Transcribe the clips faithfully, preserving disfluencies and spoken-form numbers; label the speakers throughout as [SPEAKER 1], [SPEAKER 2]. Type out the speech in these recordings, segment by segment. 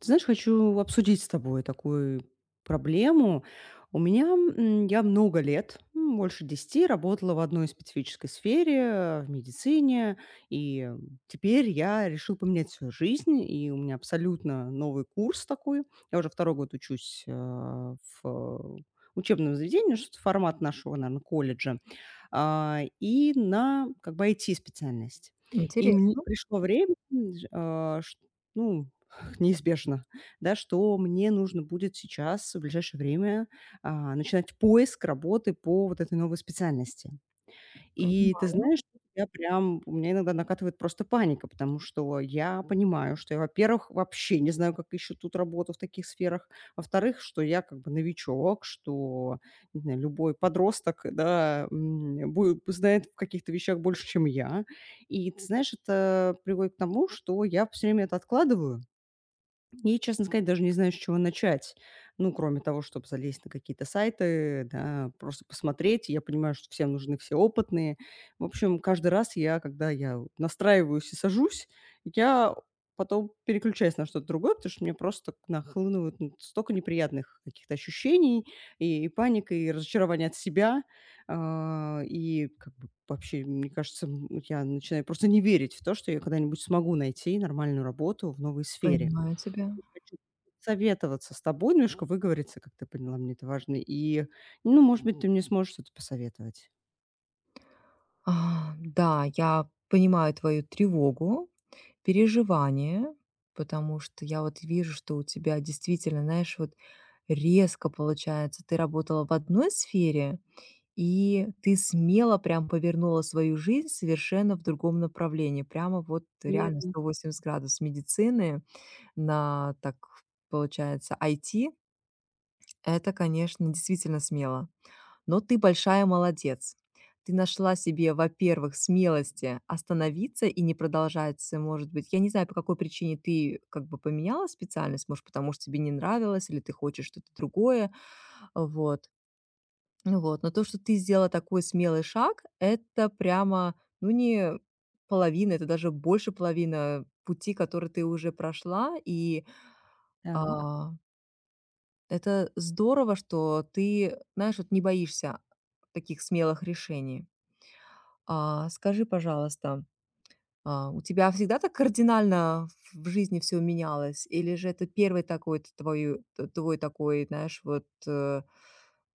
[SPEAKER 1] Ты знаешь, хочу обсудить с тобой такую проблему. У меня, м, я много лет, м, больше десяти работала в одной специфической сфере, э, в медицине, и м, теперь я решила поменять свою жизнь, и у меня абсолютно новый курс такой. Я уже второй год учусь, а, в э, учебном заведении, что формат нашего, наверное колледжа, а, и на как бы I T-специальность. И мне
[SPEAKER 2] Интересно,
[SPEAKER 1] пришло время, м, ж а, ш ну, неизбежно, да, что мне нужно будет сейчас в ближайшее время, а, начинать поиск работы по вот этой новой специальности. И ты
[SPEAKER 2] понимаю,
[SPEAKER 1] знаешь, я прям, у меня иногда накатывает просто паника, потому что я понимаю, что я, во-первых, вообще не знаю, как ищут тут работу в таких сферах, во-вторых, что я как бы новичок, что, не знаю, любой подросток, да, м, бу- знает в каких-то вещах больше, чем я. И ты знаешь, это приводит к тому, что я все время это откладываю, и, честно сказать, даже не знаю, с чего начать. Ну, кроме того, чтобы залезть на какие-то сайты, да, просто посмотреть. Я понимаю, что всем нужны все опытные. В общем, каждый раз я, когда я настраиваюсь и сажусь, я потом переключаюсь на что-то другое, потому что мне просто нахлынывают ну, столько неприятных каких-то ощущений, и, и паника, и разочарование от себя. А, и как бы вообще, мне кажется, м, я начинаю просто не верить в то, что я когда-нибудь смогу найти нормальную работу в новой сфере.
[SPEAKER 2] понимаю тебя.
[SPEAKER 1] Хочу советоваться с тобой, немножко выговориться, как ты поняла, мне это важно. И, ну, может быть, ты мне сможешь что-то посоветовать.
[SPEAKER 2] А, да, я понимаю твою тревогу, переживание, потому что я вот вижу, что у тебя действительно, знаешь, вот резко получается, ты работала в одной сфере, и ты смело прям повернула свою жизнь совершенно в другом направлении. Прямо вот реально
[SPEAKER 1] Верно.
[SPEAKER 2] сто восемьдесят градусов медицины на, так получается, ай ти. Это, конечно, действительно смело. Но ты большая молодец. Ты нашла себе, во-первых, смелости остановиться и не продолжать, э, может быть. Я не знаю, по какой причине ты как бы поменяла специальность. Может, потому что тебе не нравилось или ты хочешь что-то другое. Вот. Ну вот. Но то, что ты сделала такой смелый шаг, это прямо, ну, не половина, это даже больше половина пути, который ты уже прошла. И
[SPEAKER 1] Так.
[SPEAKER 2] а, это здорово, что ты, знаешь, вот не боишься таких смелых решений. А скажи, пожалуйста, а, у тебя всегда так кардинально в в жизни всё менялось? Или же это первый такой т твою т твой такой, знаешь, вот, э,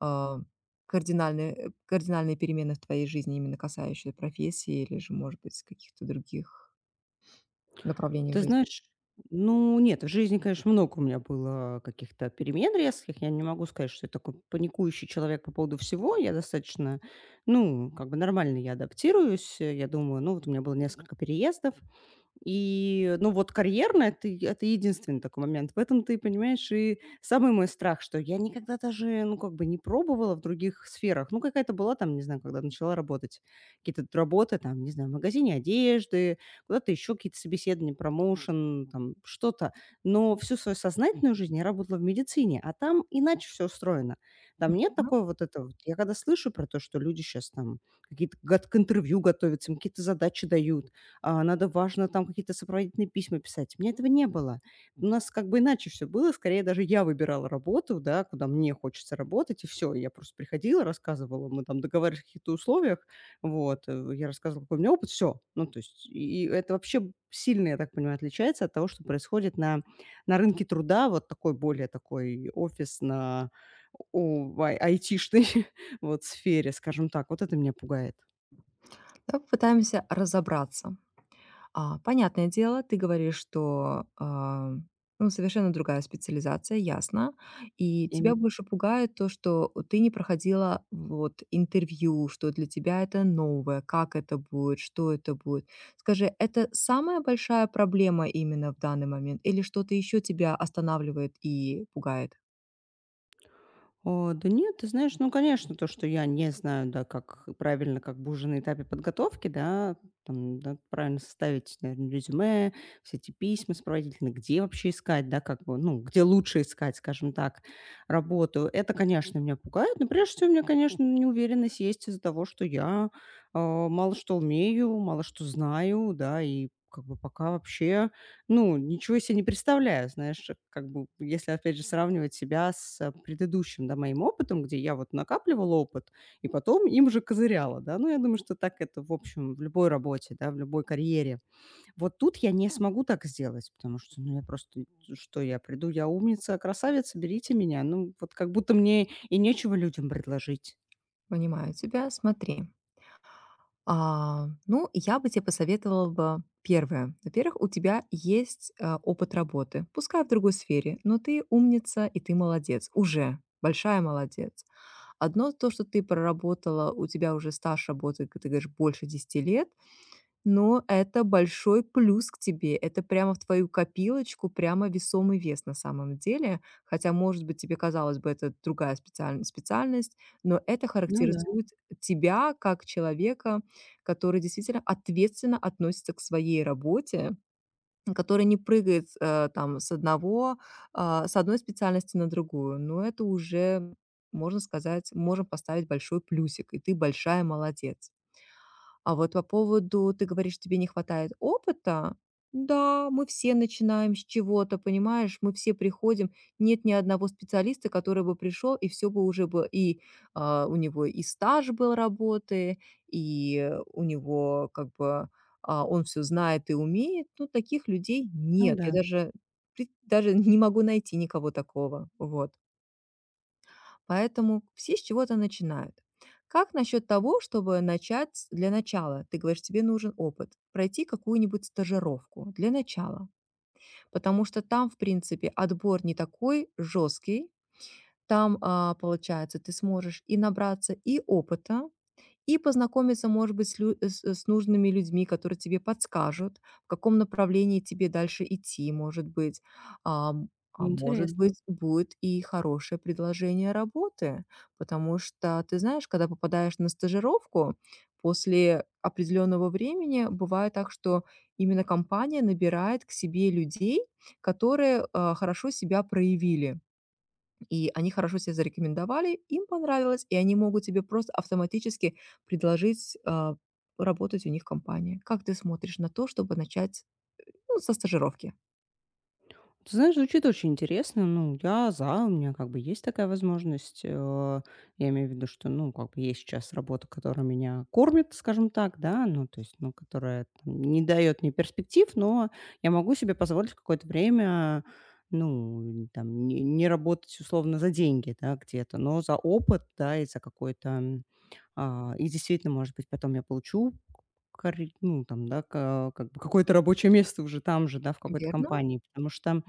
[SPEAKER 2] а, кардинальные, э, кардинальные перемены в твоей жизни, именно касающие профессии или же, может быть, каких-то других направлений в
[SPEAKER 1] Ты
[SPEAKER 2] жизни?
[SPEAKER 1] знаешь, ну, нет, в жизни, конечно, много у меня было каких-то перемен резких. Я не могу сказать, что я такой паникующий человек по поводу всего. Я достаточно, ну, как бы нормально я адаптируюсь. Э, Я думаю, ну, вот у меня было несколько переездов. И, ну, вот карьерно- это е- это единственный такой момент. В этом ты понимаешь, и самый мой страх, что я никогда даже, ну, как бы не пробовала в других сферах. Ну, какая-то была там, не знаю, когда начала работать, какие-то т работы там, не знаю, в магазине одежды, куда-то еще какие-то собеседования, промоушен, там что-то. Но всю свою сознательную жизнь я работала в медицине, а там иначе все устроено. Там нет
[SPEAKER 2] Мгм.
[SPEAKER 1] такой вот этого. Я когда слышу про то, что люди сейчас там какие-то гот к интервью готовятся, им какие-то задачи дают, а, надо важно там какие-то сопроводительные письма писать. У меня этого не было. У нас как бы иначе все было. Скорее даже я выбирала работу, да, куда мне хочется работать, и все. Я просто приходила, рассказывала, мы там договаривались о каких-то условиях, вот, э, я рассказывала, какой у меня опыт, все. Ну, то есть и это вообще сильно, я так понимаю, отличается от того, что происходит на на рынке труда, вот такой более такой офисно о ай- айтишной вот сфере, скажем так. Вот это меня пугает.
[SPEAKER 2] Давай попытаемся разобраться. А, понятное дело, ты говоришь, что, а, ну, совершенно другая специализация, ясно. И
[SPEAKER 1] И
[SPEAKER 2] тебя больше пугает то, что ты не проходила вот интервью, что для тебя это новое, как это будет, что это будет. Скажи, это самая большая проблема именно в данный момент или что-то еще тебя останавливает и пугает?
[SPEAKER 1] О, да нет, ты знаешь, ну, конечно, то, что я не знаю, да, как правильно, как бы уже на этапе подготовки, да, там, да, правильно составить, наверное, резюме, все эти письма сопроводительные, где вообще искать, да, как бы, ну, где лучше искать, скажем так, работу. Это, конечно, меня пугает, но прежде всего у меня, конечно, неуверенность есть из-за того, что я а, мало что умею, мало что знаю, да, и как бы пока вообще ну, ничего себе не представляю, знаешь, как бы, если, опять же, сравнивать себя с э, предыдущим, да, моим опытом, где я вот накапливала опыт и потом им же козыряла, да. Ну, я думаю, что так это, в общем, в любой работе, да, в любой карьере. Вот тут я не смогу так сделать, потому что, ну, я просто, что я приду, я умница, красавица, берите меня. Ну, вот как будто мне и нечего людям предложить.
[SPEAKER 2] Понимаю тебя, смотри. А, ну, я бы тебе посоветовала бы первое. Во-первых, у тебя есть а, опыт работы, пускай в другой сфере, но ты умница и ты молодец уже, большая молодец. Одно то, что ты проработала, у тебя уже стаж работы, как ты говоришь, больше десяти лет, но это большой плюс к тебе. Это прямо в твою копилочку, прямо весомый вес на самом деле. Хотя, может быть, тебе казалось бы, это другая специаль- специальность, но это
[SPEAKER 1] Ну да,
[SPEAKER 2] характеризует тебя как человека, который действительно ответственно относится к своей работе, который не прыгает э, там с одного, а, с одной специальности на другую. Но это уже, можно сказать, можем поставить большой плюсик, и ты большая молодец. А вот по поводу, ты говоришь, тебе не хватает опыта. Да, мы все начинаем с чего-то, понимаешь? Мы все приходим. Нет ни одного специалиста, который бы пришел, и все бы уже бы и а, у него и стаж был работы, и у него как бы а, он все знает и умеет. Ну, таких людей
[SPEAKER 1] ну
[SPEAKER 2] нет. Я
[SPEAKER 1] да,
[SPEAKER 2] даже, пред- даже не могу найти никого такого. Вот. Поэтому все с чего-то начинают. Как насчет того, чтобы начать с- для начала, ты говоришь, тебе нужен опыт, пройти какую-нибудь стажировку для начала, потому что там, в принципе, отбор не такой жесткий, там, а, получается, ты сможешь и набраться и опыта, и познакомиться, может быть, с, лю- э, с э, с нужными людьми, которые тебе подскажут, в каком направлении тебе дальше идти, может быть. А, м, а может
[SPEAKER 1] интересно.
[SPEAKER 2] быть, будет и хорошее предложение работы, потому что, ты знаешь, когда попадаешь на стажировку, после определенного времени бывает так, что именно компания набирает к себе людей, которые а, хорошо себя проявили. И они хорошо себя зарекомендовали, им понравилось, и они могут тебе просто автоматически предложить, а, работать у них в компании. Как ты смотришь на то, чтобы начать, ну, со стажировки?
[SPEAKER 1] Ты знаешь, звучит очень интересно. Ну, я за, у меня как бы есть такая возможность. э, Я имею в виду, что, ну, как бы есть сейчас работа, которая меня кормит, скажем так, да, ну, то есть, ну, которая там не дает мне перспектив, но я могу себе позволить какое-то время, ну, там, не, не работать условно за деньги, да, где-то, но за опыт, да, и за какой-то а, и действительно, может быть, потом я получу карь ну, там, да, ка как бы какое-то рабочее место уже там же, да, в какой-то
[SPEAKER 2] Верно?
[SPEAKER 1] компании. Потому что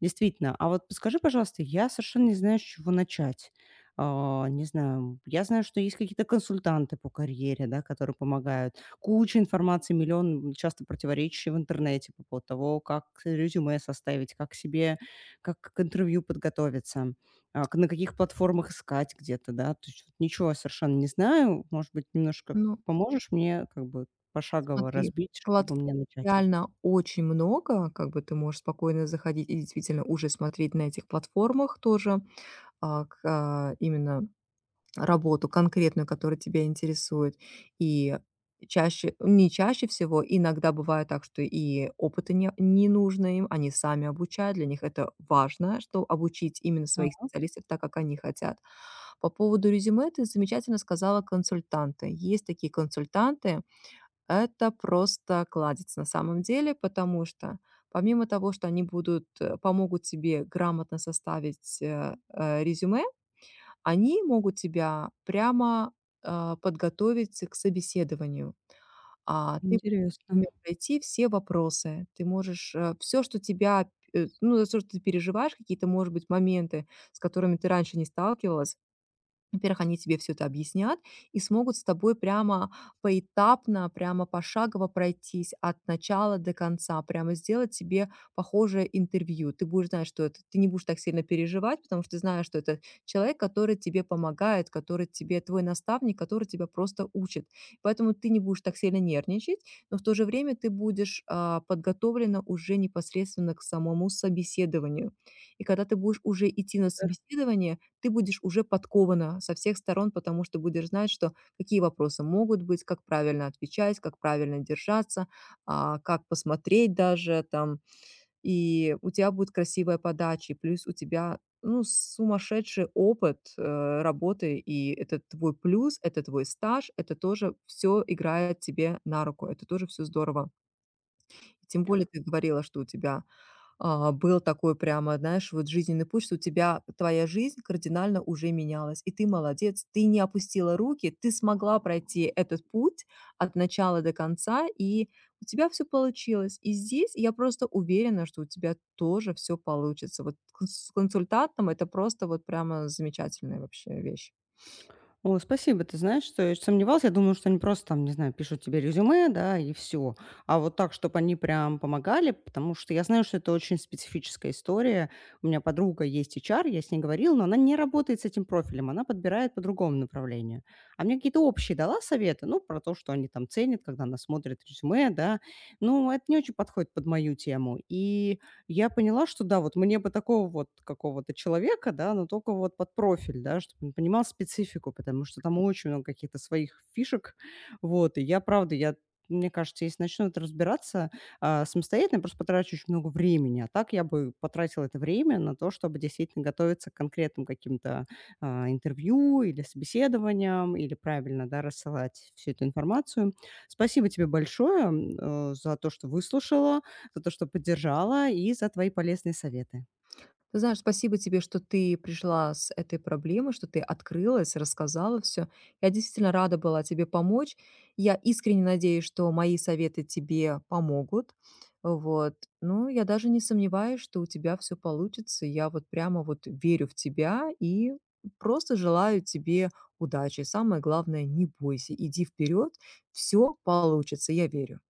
[SPEAKER 1] действительно А вот скажи, пожалуйста, я совершенно не знаю, с чего начать. А, не знаю, я знаю, что есть какие-то консультанты по карьере, да, которые помогают. Куча информации, миллион часто противоречащей в интернете по поводу того, как резюме составить, как себе как к интервью подготовиться. А, к На каких платформах искать где-то, да? То есть вот ничего совершенно не знаю. Может быть, немножко
[SPEAKER 2] Ну,
[SPEAKER 1] поможешь мне как бы пошагово
[SPEAKER 2] смотри,
[SPEAKER 1] разбить, чтобы
[SPEAKER 2] платформ
[SPEAKER 1] мне начать?
[SPEAKER 2] реально очень много, как бы ты можешь спокойно заходить и действительно уже смотреть на этих платформах тоже, а, к а, именно работу конкретную, которая тебя интересует. И чаще не чаще всего, иногда бывает так, что и опыта не не нужно им, они сами обучают, для них это важно, что обучить именно
[SPEAKER 1] Так,
[SPEAKER 2] своих специалистов так, как они хотят. По поводу резюме ты замечательно сказала консультанты. Есть такие консультанты, это просто кладезь на самом деле, потому что помимо того, что они будут, э, помогут тебе грамотно составить, э, э, резюме, они могут тебя прямо, а, подготовить к собеседованию. А, ты можешь с
[SPEAKER 1] интересно.
[SPEAKER 2] ними пройти все вопросы. Ты можешь, все, что тебя, э, ну, за что ты переживаешь, какие-то, может быть, моменты, с которыми ты раньше не сталкивалась, во-первых, они тебе все это объяснят и смогут с тобой прямо поэтапно, прямо пошагово пройтись от начала до конца, прямо сделать тебе похожее интервью. Ты будешь знать, что это ты не будешь так сильно переживать, потому что ты знаешь, что это человек, который тебе помогает, который тебе твой наставник, который тебя просто учит. Поэтому ты не будешь так сильно нервничать, но в то же время ты будешь, а, подготовлена уже непосредственно к самому собеседованию. И когда ты будешь уже идти на собеседование, ты будешь уже подкована со всех сторон, потому что будешь знать, что какие вопросы могут быть, как правильно отвечать, как правильно держаться, а, как посмотреть даже там. И у тебя будет красивая подача, и плюс у тебя, ну, сумасшедший опыт, э, работы, и это твой плюс, это твой стаж, это тоже все играет тебе на руку, это тоже все здорово. Тем более ты говорила, что у тебя а, был такой прямо, знаешь, вот жизненный путь, что у тебя твоя жизнь кардинально уже менялась. И ты молодец, ты не опустила руки, ты смогла пройти этот путь от начала до конца, и у тебя все получилось. И здесь я просто уверена, что у тебя тоже все получится. Вот конс с консультантом это просто вот прямо замечательная вообще вещь.
[SPEAKER 1] О, спасибо. Ты знаешь, что я сомневалась. Я думала, что они просто там, не знаю, пишут тебе резюме, да, и все. А вот так, чтобы они прям помогали, потому что я знаю, что это очень специфическая история. У меня подруга есть H R, я с ней говорила, но она не работает с этим профилем, она подбирает по другому направлению. А мне какие-то общие дала советы, ну, про то, что они там ценят, когда она смотрит резюме, да. Ну, это не очень подходит под мою тему. И я поняла, что да, вот мне бы такого вот какого-то человека, да, но только вот под профиль, да, чтобы он понимал специфику, потому что там очень много каких-то своих фишек. Вот, и я, правда, я мне кажется, если начну это разбираться а, самостоятельно, я просто потрачу очень много времени. А так я бы потратила это время на то, чтобы действительно готовиться к конкретным каким-то а, интервью или собеседованиям, или правильно да, рассылать всю эту информацию. Спасибо тебе большое м, э, за то, что выслушала, за то, что поддержала, и за твои полезные советы.
[SPEAKER 2] Ты знаешь, спасибо тебе, что ты пришла с этой проблемой, что ты открылась, рассказала все. Я действительно рада была тебе помочь. Я искренне надеюсь, что мои советы тебе помогут. Вот. Ну, я даже не сомневаюсь, что у тебя все получится. Я вот прямо вот верю в тебя и просто желаю тебе удачи. Самое главное, не бойся, иди вперед, все получится, я верю.